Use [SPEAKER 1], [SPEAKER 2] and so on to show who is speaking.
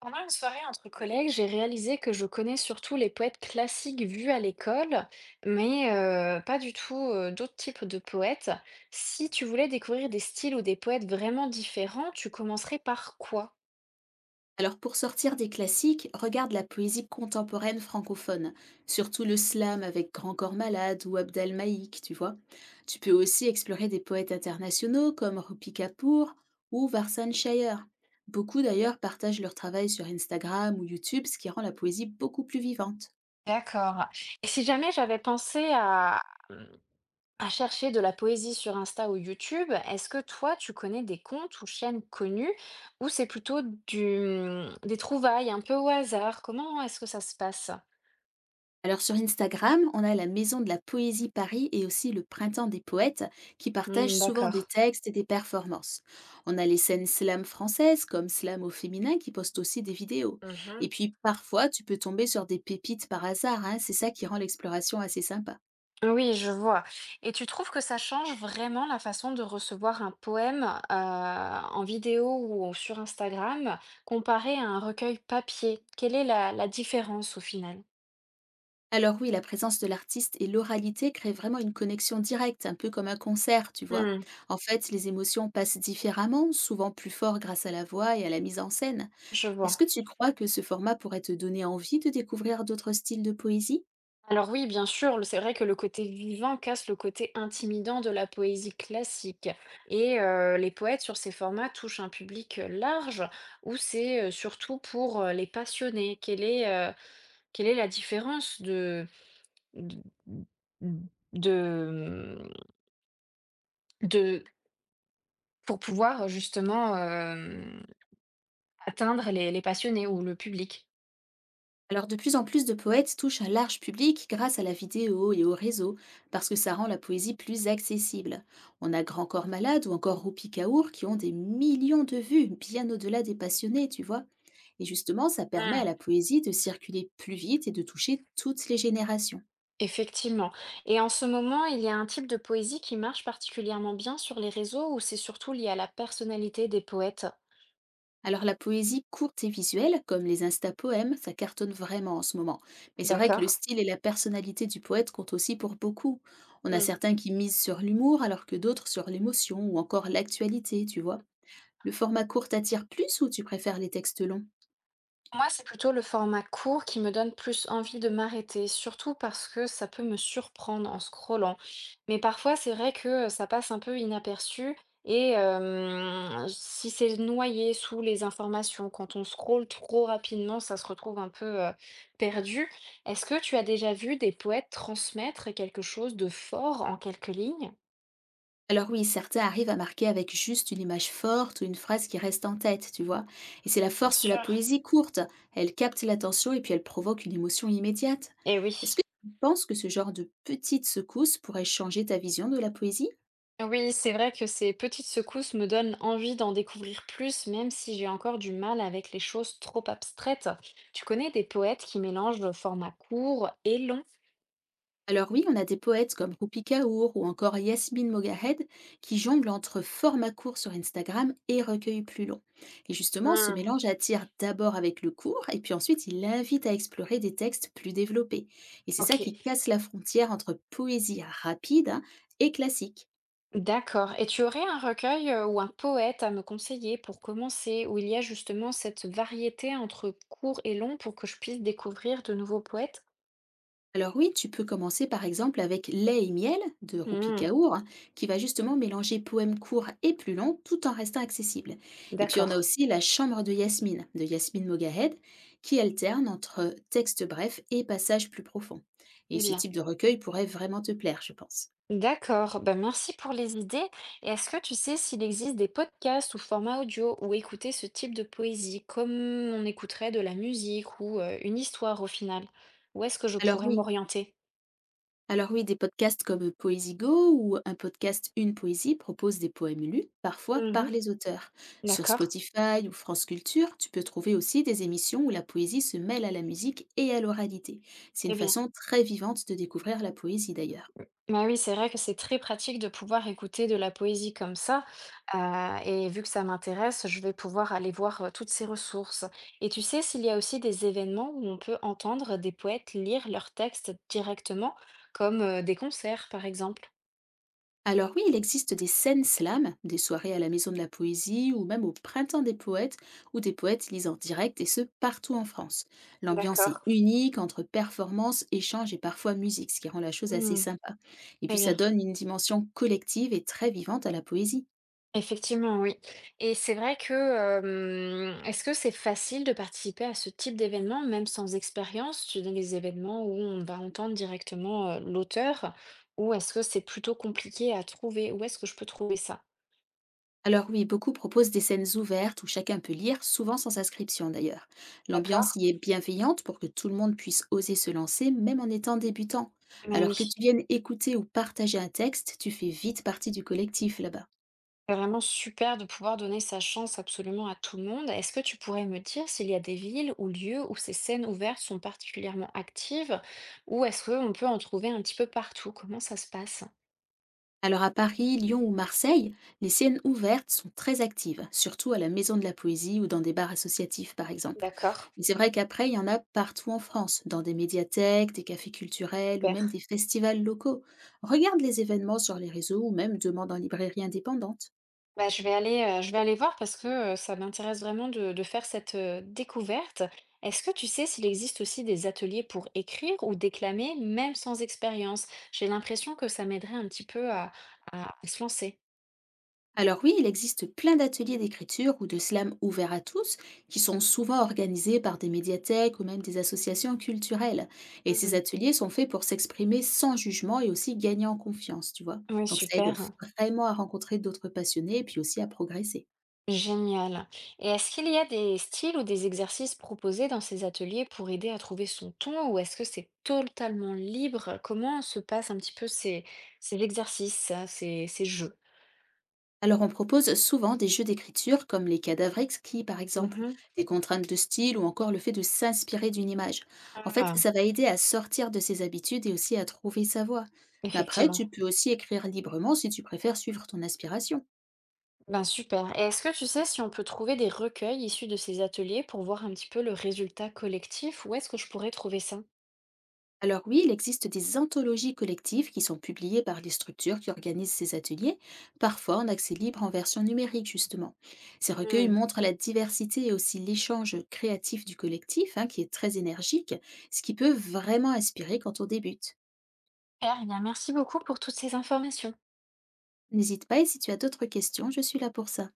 [SPEAKER 1] Pendant une soirée entre collègues, j'ai réalisé que je connais surtout les poètes classiques vus à l'école, mais pas du tout d'autres types de poètes. Si tu voulais découvrir des styles ou des poètes vraiment différents, tu commencerais par quoi?
[SPEAKER 2] Alors pour sortir des classiques, regarde la poésie contemporaine francophone, surtout le slam avec Grand Corps Malade ou Abd el Maïk, tu vois. Tu peux aussi explorer des poètes internationaux comme Rupi Kapoor ou Varsan Shire. Beaucoup d'ailleurs partagent leur travail sur Instagram ou YouTube, ce qui rend la poésie beaucoup plus vivante.
[SPEAKER 1] D'accord. Et si jamais j'avais pensé à chercher de la poésie sur Insta ou YouTube, est-ce que toi, tu connais des comptes ou chaînes connues, ou c'est plutôt des trouvailles un peu au hasard? Comment est-ce que ça se passe?
[SPEAKER 2] Alors sur Instagram, on a la Maison de la Poésie Paris et aussi le Printemps des Poètes qui partagent
[SPEAKER 1] Hmm,
[SPEAKER 2] souvent des
[SPEAKER 1] d'accord.
[SPEAKER 2] textes et des performances. On a les scènes slam françaises comme Slam au féminin qui postent aussi des vidéos.
[SPEAKER 1] Mhm.
[SPEAKER 2] Et puis parfois, tu peux tomber sur des pépites par hasard, hein, c'est ça qui rend l'exploration assez sympa.
[SPEAKER 1] Oui, je vois. Et tu trouves que ça change vraiment la façon de recevoir un poème en vidéo ou sur Instagram comparé à un recueil papier? Quelle est la différence au final?
[SPEAKER 2] Alors oui, la présence de l'artiste et l'oralité créent vraiment une connexion directe, un peu comme un concert, tu vois.
[SPEAKER 1] Hmm,
[SPEAKER 2] En fait, les émotions passent différemment, souvent plus fort grâce à la voix et à la mise en scène.
[SPEAKER 1] je
[SPEAKER 2] Est-ce
[SPEAKER 1] vois.
[SPEAKER 2] que tu crois que ce format pourrait te donner envie de découvrir d'autres styles de poésie?
[SPEAKER 1] Alors oui, bien sûr, c'est vrai que le côté vivant casse le côté intimidant de la poésie classique. Et les poètes sur ces formats touchent un public large où c'est surtout pour les passionnés. Quelle est la différence de... D de, mmh, de pour pouvoir, justement, atteindre les passionnés ou le public.
[SPEAKER 2] Alors de plus en plus de poètes touchent un large public grâce à la vidéo et au réseau, parce que ça rend la poésie plus accessible. On a Grand Corps Malade ou encore Roupi Kaour qui ont des millions de vues, bien au-delà des passionnés, tu vois. Et justement, ça permet à
[SPEAKER 1] Mmh.
[SPEAKER 2] la poésie de circuler plus vite et de toucher toutes les générations.
[SPEAKER 1] Effectivement, et en ce moment, il y a un type de poésie qui marche particulièrement bien sur les réseaux, ou c'est surtout lié à la personnalité des poètes?
[SPEAKER 2] Alors la poésie courte et visuelle, comme les insta-poèmes, ça cartonne vraiment en ce moment. Mais c'est vrai que le
[SPEAKER 1] D'accord.
[SPEAKER 2] style et la personnalité du poète comptent aussi pour beaucoup. On a certains qui misent sur l'humour alors que d'autres sur l'émotion ou encore l'actualité, tu vois. Le format court t'attire plus ou tu préfères les textes longs?
[SPEAKER 1] Moi, c'est plutôt le format court qui me donne plus envie de m'arrêter, surtout parce que ça peut me surprendre en scrollant. Mais parfois, c'est vrai que ça passe un peu inaperçu, et si c'est noyé sous les informations, quand on scrolle trop rapidement, ça se retrouve un peu perdu. Est-ce que tu as déjà vu des poètes transmettre quelque chose de fort en quelques lignes?
[SPEAKER 2] Alors oui, certains arrivent à marquer avec juste une image forte ou une phrase qui reste en tête, tu vois. Et c'est la
[SPEAKER 1] Bien
[SPEAKER 2] force de la
[SPEAKER 1] sûr.
[SPEAKER 2] poésie courte. Elle capte l'attention et puis elle provoque une émotion immédiate.
[SPEAKER 1] Eh oui.
[SPEAKER 2] Est-ce que tu penses que ce genre de petite secousse pourrait changer ta vision de la poésie?
[SPEAKER 1] Oui, c'est vrai que ces petites secousses me donnent envie d'en découvrir plus, même si j'ai encore du mal avec les choses trop abstraites. Tu connais des poètes qui mélangent le format court et long?
[SPEAKER 2] Alors oui, on a des poètes comme Rupi Kaur ou encore Yasmine Mogahed qui jonglent entre format court sur Instagram et recueil plus long. Et justement, ce
[SPEAKER 1] Hmm.
[SPEAKER 2] mélange attire d'abord avec le court et puis ensuite il invite à explorer des textes plus développés. Et c'est ça
[SPEAKER 1] Ok,
[SPEAKER 2] qui casse la frontière entre poésie rapide, hein, et classique.
[SPEAKER 1] d'accord. Et tu aurais un recueil ou un poète à me conseiller pour commencer, où il y a justement cette variété entre court et long pour que je puisse découvrir de nouveaux poètes?
[SPEAKER 2] Alors oui, tu peux commencer par exemple avec Lait et miel de Rupi
[SPEAKER 1] Hmm,
[SPEAKER 2] Kaur, hein, qui va justement mélanger poèmes courts et plus longs tout en restant accessible. Et puis on a
[SPEAKER 1] d'accord.
[SPEAKER 2] aussi La Chambre de Yasmine Mogahed, qui alterne entre textes brefs et passages plus profonds. Et
[SPEAKER 1] Eh
[SPEAKER 2] ce
[SPEAKER 1] bien.
[SPEAKER 2] type de recueil pourrait vraiment te plaire, je pense.
[SPEAKER 1] D'accord, ben merci pour les idées. Et est-ce que tu sais s'il existe des podcasts ou formats audio où écouter ce type de poésie, comme on écouterait de la musique ou une histoire au final? Où est-ce que je
[SPEAKER 2] Alors
[SPEAKER 1] pourrais
[SPEAKER 2] oui,
[SPEAKER 1] m'orienter?
[SPEAKER 2] Alors oui, des podcasts comme Poésie Go ou un podcast Une Poésie propose des poèmes lus, parfois par
[SPEAKER 1] Mhm.
[SPEAKER 2] les auteurs. Sur
[SPEAKER 1] D'accord.
[SPEAKER 2] Spotify ou France Culture, tu peux trouver aussi des émissions où la poésie se mêle à la musique et à l'oralité. C'est une
[SPEAKER 1] Eh bien,
[SPEAKER 2] façon très vivante de découvrir la poésie d'ailleurs.
[SPEAKER 1] bah oui, c'est vrai que c'est très pratique de pouvoir écouter de la poésie comme ça. Et vu que ça m'intéresse, je vais pouvoir aller voir toutes ces ressources. Et tu sais, s'il y a aussi des événements où on peut entendre des poètes lire leurs textes directement, comme des concerts, par exemple.
[SPEAKER 2] Alors oui, il existe des scènes slam, des soirées à la Maison de la Poésie ou même au Printemps des Poètes, où des poètes lisent en direct et ce, partout en France. L'ambiance est
[SPEAKER 1] D'accord.
[SPEAKER 2] unique entre performances, échanges et parfois musique, ce qui rend la chose assez
[SPEAKER 1] Hmm,
[SPEAKER 2] sympa. Et
[SPEAKER 1] très
[SPEAKER 2] puis ça
[SPEAKER 1] bien.
[SPEAKER 2] donne une dimension collective et très vivante à la poésie.
[SPEAKER 1] Effectivement, oui. Et c'est vrai que, est-ce que c'est facile de participer à ce type d'événement, même sans expérience? Tu donnes les événements où on va entendre directement, l'auteur, ou est-ce que c'est plutôt compliqué à trouver? Où est-ce que je peux trouver ça?
[SPEAKER 2] Alors oui, beaucoup proposent des scènes ouvertes où chacun peut lire, souvent sans inscription d'ailleurs. L'ambiance
[SPEAKER 1] D'accord.
[SPEAKER 2] y est bienveillante pour que tout le monde puisse oser se lancer, même en étant débutant.
[SPEAKER 1] Mais
[SPEAKER 2] Alors
[SPEAKER 1] oui,
[SPEAKER 2] que tu viennes écouter ou partager un texte, tu fais vite partie du collectif là-bas.
[SPEAKER 1] c'est vraiment super de pouvoir donner sa chance absolument à tout le monde. Est-ce que tu pourrais me dire s'il y a des villes ou lieux où ces scènes ouvertes sont particulièrement actives? Ou est-ce qu'on peut en trouver un petit peu partout? Comment ça se passe?
[SPEAKER 2] Alors à Paris, Lyon ou Marseille, les scènes ouvertes sont très actives, surtout à la Maison de la Poésie ou dans des bars associatifs par exemple.
[SPEAKER 1] D'accord.
[SPEAKER 2] Mais c'est vrai qu'après, il y en a partout en France, dans des médiathèques, des cafés culturels ou même
[SPEAKER 1] Super.
[SPEAKER 2] des festivals locaux. Regarde les événements sur les réseaux ou même demande en librairie indépendante.
[SPEAKER 1] Bah, je vais aller voir parce que, ça m'intéresse vraiment de faire cette, découverte. Est-ce que tu sais s'il existe aussi des ateliers pour écrire ou déclamer, même sans expérience? J'ai l'impression que ça m'aiderait un petit peu à se lancer.
[SPEAKER 2] Alors oui, il existe plein d'ateliers d'écriture ou de slam ouverts à tous, qui sont souvent organisés par des médiathèques ou même des associations culturelles. Et
[SPEAKER 1] Mmh
[SPEAKER 2] ces
[SPEAKER 1] mh.
[SPEAKER 2] ateliers sont faits pour s'exprimer sans jugement et aussi gagner en confiance, tu vois.
[SPEAKER 1] Ouais,
[SPEAKER 2] Donc ça aide
[SPEAKER 1] super,
[SPEAKER 2] vraiment à rencontrer d'autres passionnés et puis aussi à progresser.
[SPEAKER 1] génial, et est-ce qu'il y a des styles ou des exercices proposés dans ces ateliers pour aider à trouver son ton, ou est-ce que c'est totalement libre? Comment se passent un petit peu ces ces exercices, ça, ces jeux?
[SPEAKER 2] Alors on propose souvent des jeux d'écriture comme les cadavres exquis par exemple,
[SPEAKER 1] Mmh.
[SPEAKER 2] des contraintes de style ou encore le fait de s'inspirer d'une image. En fait,
[SPEAKER 1] Ah,
[SPEAKER 2] ça va aider à sortir de ses habitudes et aussi à trouver sa voix. Mais après, tu
[SPEAKER 1] effectivement.
[SPEAKER 2] peux aussi écrire librement si tu préfères suivre ton inspiration.
[SPEAKER 1] Ben super. Et est-ce que tu sais si on peut trouver des recueils issus de ces ateliers pour voir un petit peu le résultat collectif? Où est-ce que je pourrais trouver ça?
[SPEAKER 2] Alors oui, il existe des anthologies collectives qui sont publiées par les structures qui organisent ces ateliers, parfois en accès libre en version numérique justement. Ces recueils
[SPEAKER 1] Hmm.
[SPEAKER 2] montrent la diversité et aussi l'échange créatif du collectif, hein, qui est très énergique, ce qui peut vraiment inspirer quand on débute.
[SPEAKER 1] Super, eh bien, merci beaucoup pour toutes ces informations.
[SPEAKER 2] N'hésite pas et si tu as d'autres questions, je suis là pour ça.